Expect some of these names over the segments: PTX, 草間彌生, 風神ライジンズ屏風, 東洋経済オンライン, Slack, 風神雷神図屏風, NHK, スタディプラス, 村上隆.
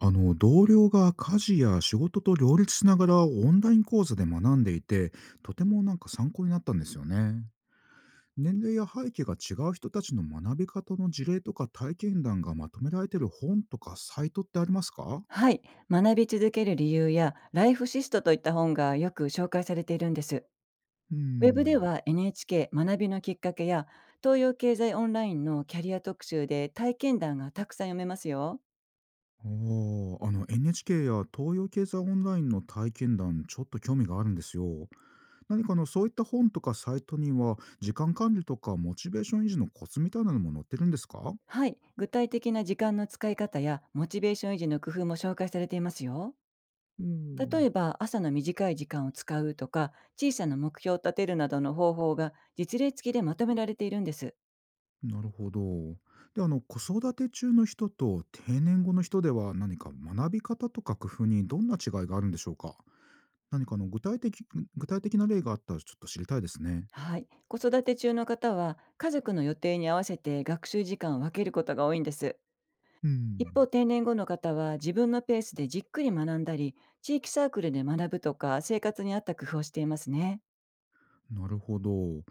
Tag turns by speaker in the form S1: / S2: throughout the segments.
S1: 同僚が家事や仕事と両立しながらオンライン講座で学んでいて、とても参考になったんですよね。年齢や背景が違う人たちの学び方の事例とか体験談がまとめられている本とかサイトってありますか？
S2: はい、学び続ける理由やライフシストといった本がよく紹介されているんです。
S1: う
S2: ウェブで
S1: ん。
S2: は NHK 学びのきっかけや東洋経済オンラインのキャリア特集で体験談がたくさん読めますよ。
S1: あー、あの NHK や東洋経済オンラインの体験談、ちょっと興味があるんですよ。何か、あの、そういった本とかサイトには時間管理とかモチベーション維持のコツみたいなのも載ってるんですか？
S2: はい、具体的な時間の使い方やモチベーション維持の工夫も紹介されていますよ。
S1: う
S2: 例
S1: ん。
S2: えば朝の短い時間を使うとか、小さな目標を立てるなどの方法が実例付きでまとめられているんです。
S1: なるほど。で、あの、子育て中の人と定年後の人では何か学び方とか工夫にどんな違いがあるんでしょうか？何かあの具体的な例があったらちょっと知りたいですね。
S2: はい、子育て中の方は家族の予定に合わせて学習時間を分けることが多いんです。
S1: う
S2: 一方、
S1: ん。
S2: 定年後の方は自分のペースでじっくり学んだり、地域サークルで学ぶとか、生活に合った工夫をしていますね。
S1: なるほど。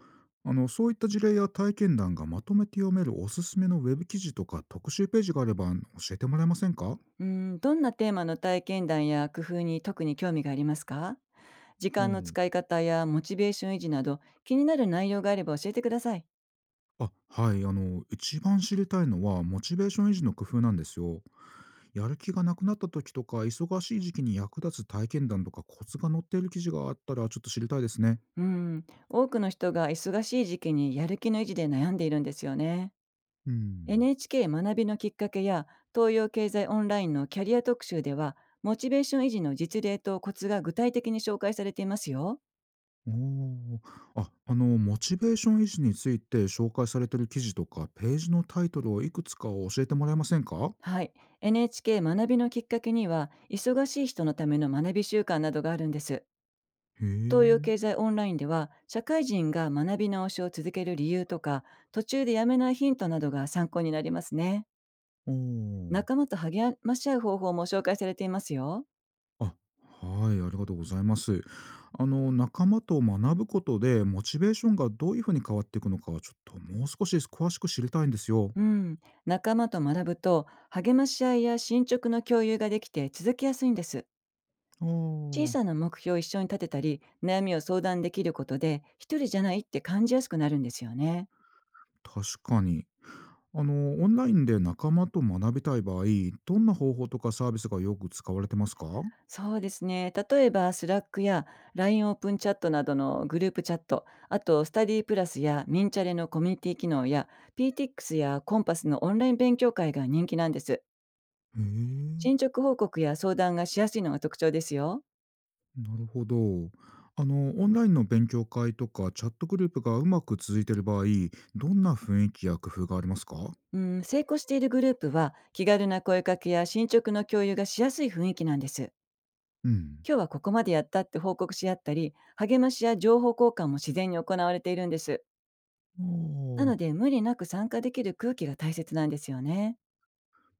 S1: あの、そういった事例や体験談がまとめて読めるおすすめのウェブ記事とか特集ページがあれば教えてもらえませんか？
S2: うん、どんなテーマの体験談や工夫に特に興味がありますか？時
S1: う
S2: 間の
S1: ん。
S2: 使い方やモチベーション維持など、気になる内容があれば教えてください。
S1: あ、はい。あの、一番知りたいのは、モチベーション維持の工夫なんですよ。やる気がなくなった時とか、忙しい時期に役立つ体験談とかコツが載っている記事があったら、ちょっと知りたいですね。
S2: うん、多くの人が忙しい時期にやる気の維持で悩んでいるんですよね。
S1: うん。
S2: NHK 学びのきっかけや東洋経済オンラインのキャリア特集では、モチベーション維持の実例とコツが具体的に紹介されていますよ。
S1: おー。あ、あの、モチベーション維持について紹介されている記事とか、ページのタイトルをいくつか教えてもらえませんか？
S2: はい。NHK 学びのきっかけには、忙しい人のための学び習慣などがあるんです。
S1: へ
S2: 東洋
S1: え。
S2: 経済オンラインでは、社会人が学び直しを続ける理由とか、途中でやめないヒントなどが参考になりますね。
S1: おー。
S2: 仲間と励まし合う方法も紹介されていますよ。
S1: あ、はい、ありがとうございます。あの、仲間と学ぶことで、モチベーションがどういうふうに変わっていくのかは、ちょっともう少し詳しく知りたいんですよ。
S2: うん、仲間と学ぶと励まし合いや進捗の共有ができて続きやすいんです。
S1: あ
S2: 小
S1: あ、
S2: さな目標を一緒に立てたり、悩みを相談できることで、一人じゃないって感じやすくなるんですよね。
S1: 確かに。あの、オンラインで仲間と学びたい場合、どんな方法とかサービスがよく使われてますか？
S2: そうですね、例えばスラックや LINE オープンチャットなどのグループチャット、あとスタディプラスやミンチャレのコミュニティ機能や、 PTX やコンパスのオンライン勉強会が人気なんです。
S1: へえ、
S2: 進捗報告や相談がしやすいのが特徴ですよ。
S1: なるほど。あの、オンラインの勉強会とかチャットグループがうまく続いている場合、どんな雰囲気や工夫がありますか？
S2: うん、成功しているグループは、気軽な声かけや進捗の共有がしやすい雰囲気なんです。
S1: うん。
S2: 今日はここまでやったって報告し合ったり、励ましや情報交換も自然に行われているんです。
S1: あ
S2: なの
S1: あ。
S2: で、無理なく参加できる空気が大切なんですよね。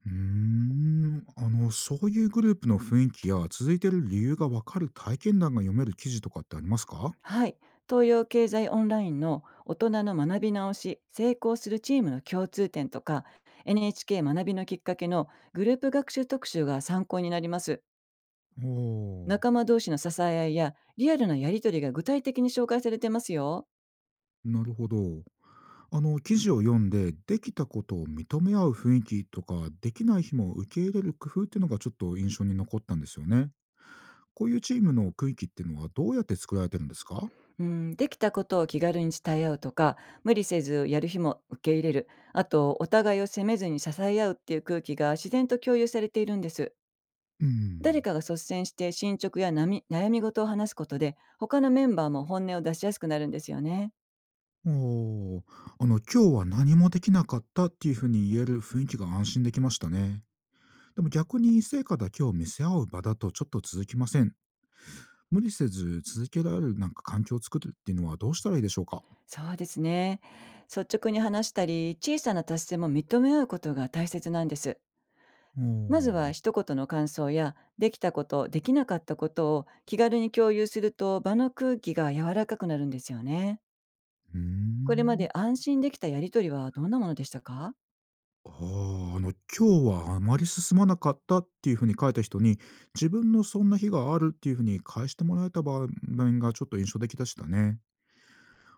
S1: うーん、あの、そういうグループの雰囲気や続いてる理由がわかる体験談が読める記事とかってありますか？
S2: はい。東洋経済オンラインの大人の学び直し、成功するチームの共通点とか、NHK 学びのきっかけのグループ学習特集が参考になります。
S1: おー。
S2: 仲間同士の支え合いやリアルなやりとりが具体的に紹介されてますよ。
S1: なるほど。あの、記事を読んでできたことを認め合う雰囲気とか、できない日も受け入れる工夫っていうのがちょっと印象に残ったんですよね。こういうチームの空気っていうのはどうやって作られてるんですか？
S2: うん、できたことを気軽に伝え合うとか、無理せずやる日も受け入れる、あとお互いを責めずに支え合うっていう空気が自然と共有されているんです。
S1: う
S2: 誰
S1: ん。
S2: かが率先して進捗や悩み事を話すことで、他のメンバーも本音を出しやすくなるんですよね。
S1: おー。あの、今日は何もできなかったっていうふうに言える雰囲気が安心できましたね。でも逆に成果だけを見せ合う場だとちょっと続きません。無理せず続けられる環境を作るっていうのはどうしたらいいでしょうか？
S2: そうですね、率直に話したり、小さな達成も認め合うことが大切なんです。
S1: お
S2: まずは
S1: ー。
S2: 一言の感想や、できたこと、できなかったことを気軽に共有すると、場の空気が柔らかくなるんですよね。
S1: うー
S2: これま
S1: ん。
S2: で安心できたやり取りはどんなものでしたか？
S1: ああ、あの、今日はあまり進まなかったっていうふうに書いた人に、自分のそんな日があるっていうふうに返してもらえた場面がちょっと印象的でしたね。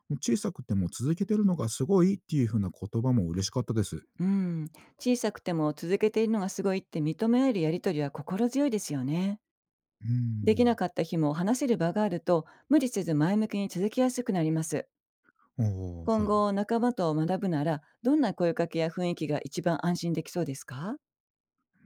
S1: もう小さくても続けてるのがすごいっていうふうな言葉も嬉しかったです。う
S2: うん、小さくても続けているのがすごいって認め合えるやり取りは心強いですよね。
S1: ー
S2: できな
S1: ん。
S2: かった日も話せる場があると、無理せず前向きに続きやすくなります。
S1: ああ、
S2: 今
S1: はい。
S2: 後仲間と学ぶなら、どんな声かけや雰囲気が一番安心できそうですか？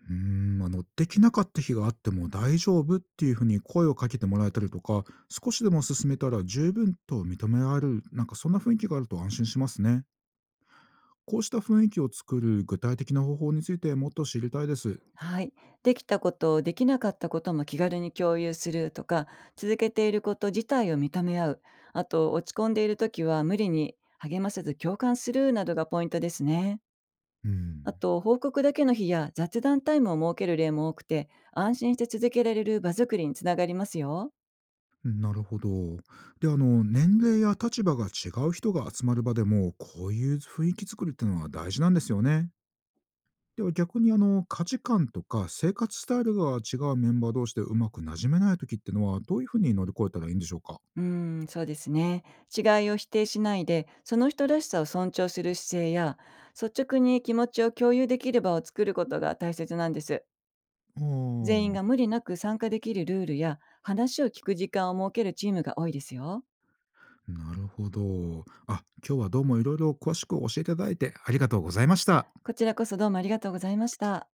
S1: うーん、あの、できなかった日があっても大丈夫っていうふうに声をかけてもらえたりとか、少しでも進めたら十分と認められる、そんな雰囲気があると安心しますね。こうした雰囲気を作る具体的な方法についてもっと知りたいです。
S2: はい。できたこと、できなかったことも気軽に共有するとか、続けていること自体を認め合う。あと、落ち込んでいるときは無理に励ませず共感するなどがポイントですね。
S1: うん、
S2: あと、報告だけの日や雑談タイムを設ける例も多くて、安心して続けられる場作りにつながりますよ。
S1: なるほど。で、あの、年齢や立場が違う人が集まる場でも、こういう雰囲気作りっていうのは大事なんですよね。では逆に、あの、価値観とか生活スタイルが違うメンバー同士でうまくなじめない時ってのはどういうふうに乗り越えたらいいんでしょうか？
S2: うん、そうですね。違いを否定しないで、その人らしさを尊重する姿勢や、率直に気持ちを共有できる場を作ることが大切なんです。
S1: あ
S2: 全
S1: あ、
S2: 員が無理なく参加できるルールや、話を聞く時間を設けるチームが多いですよ。
S1: なるほど。あ、今日はどうもいろいろ詳しく教えていただいてありがとうございました。
S2: こちらこそ、どうもありがとうございました。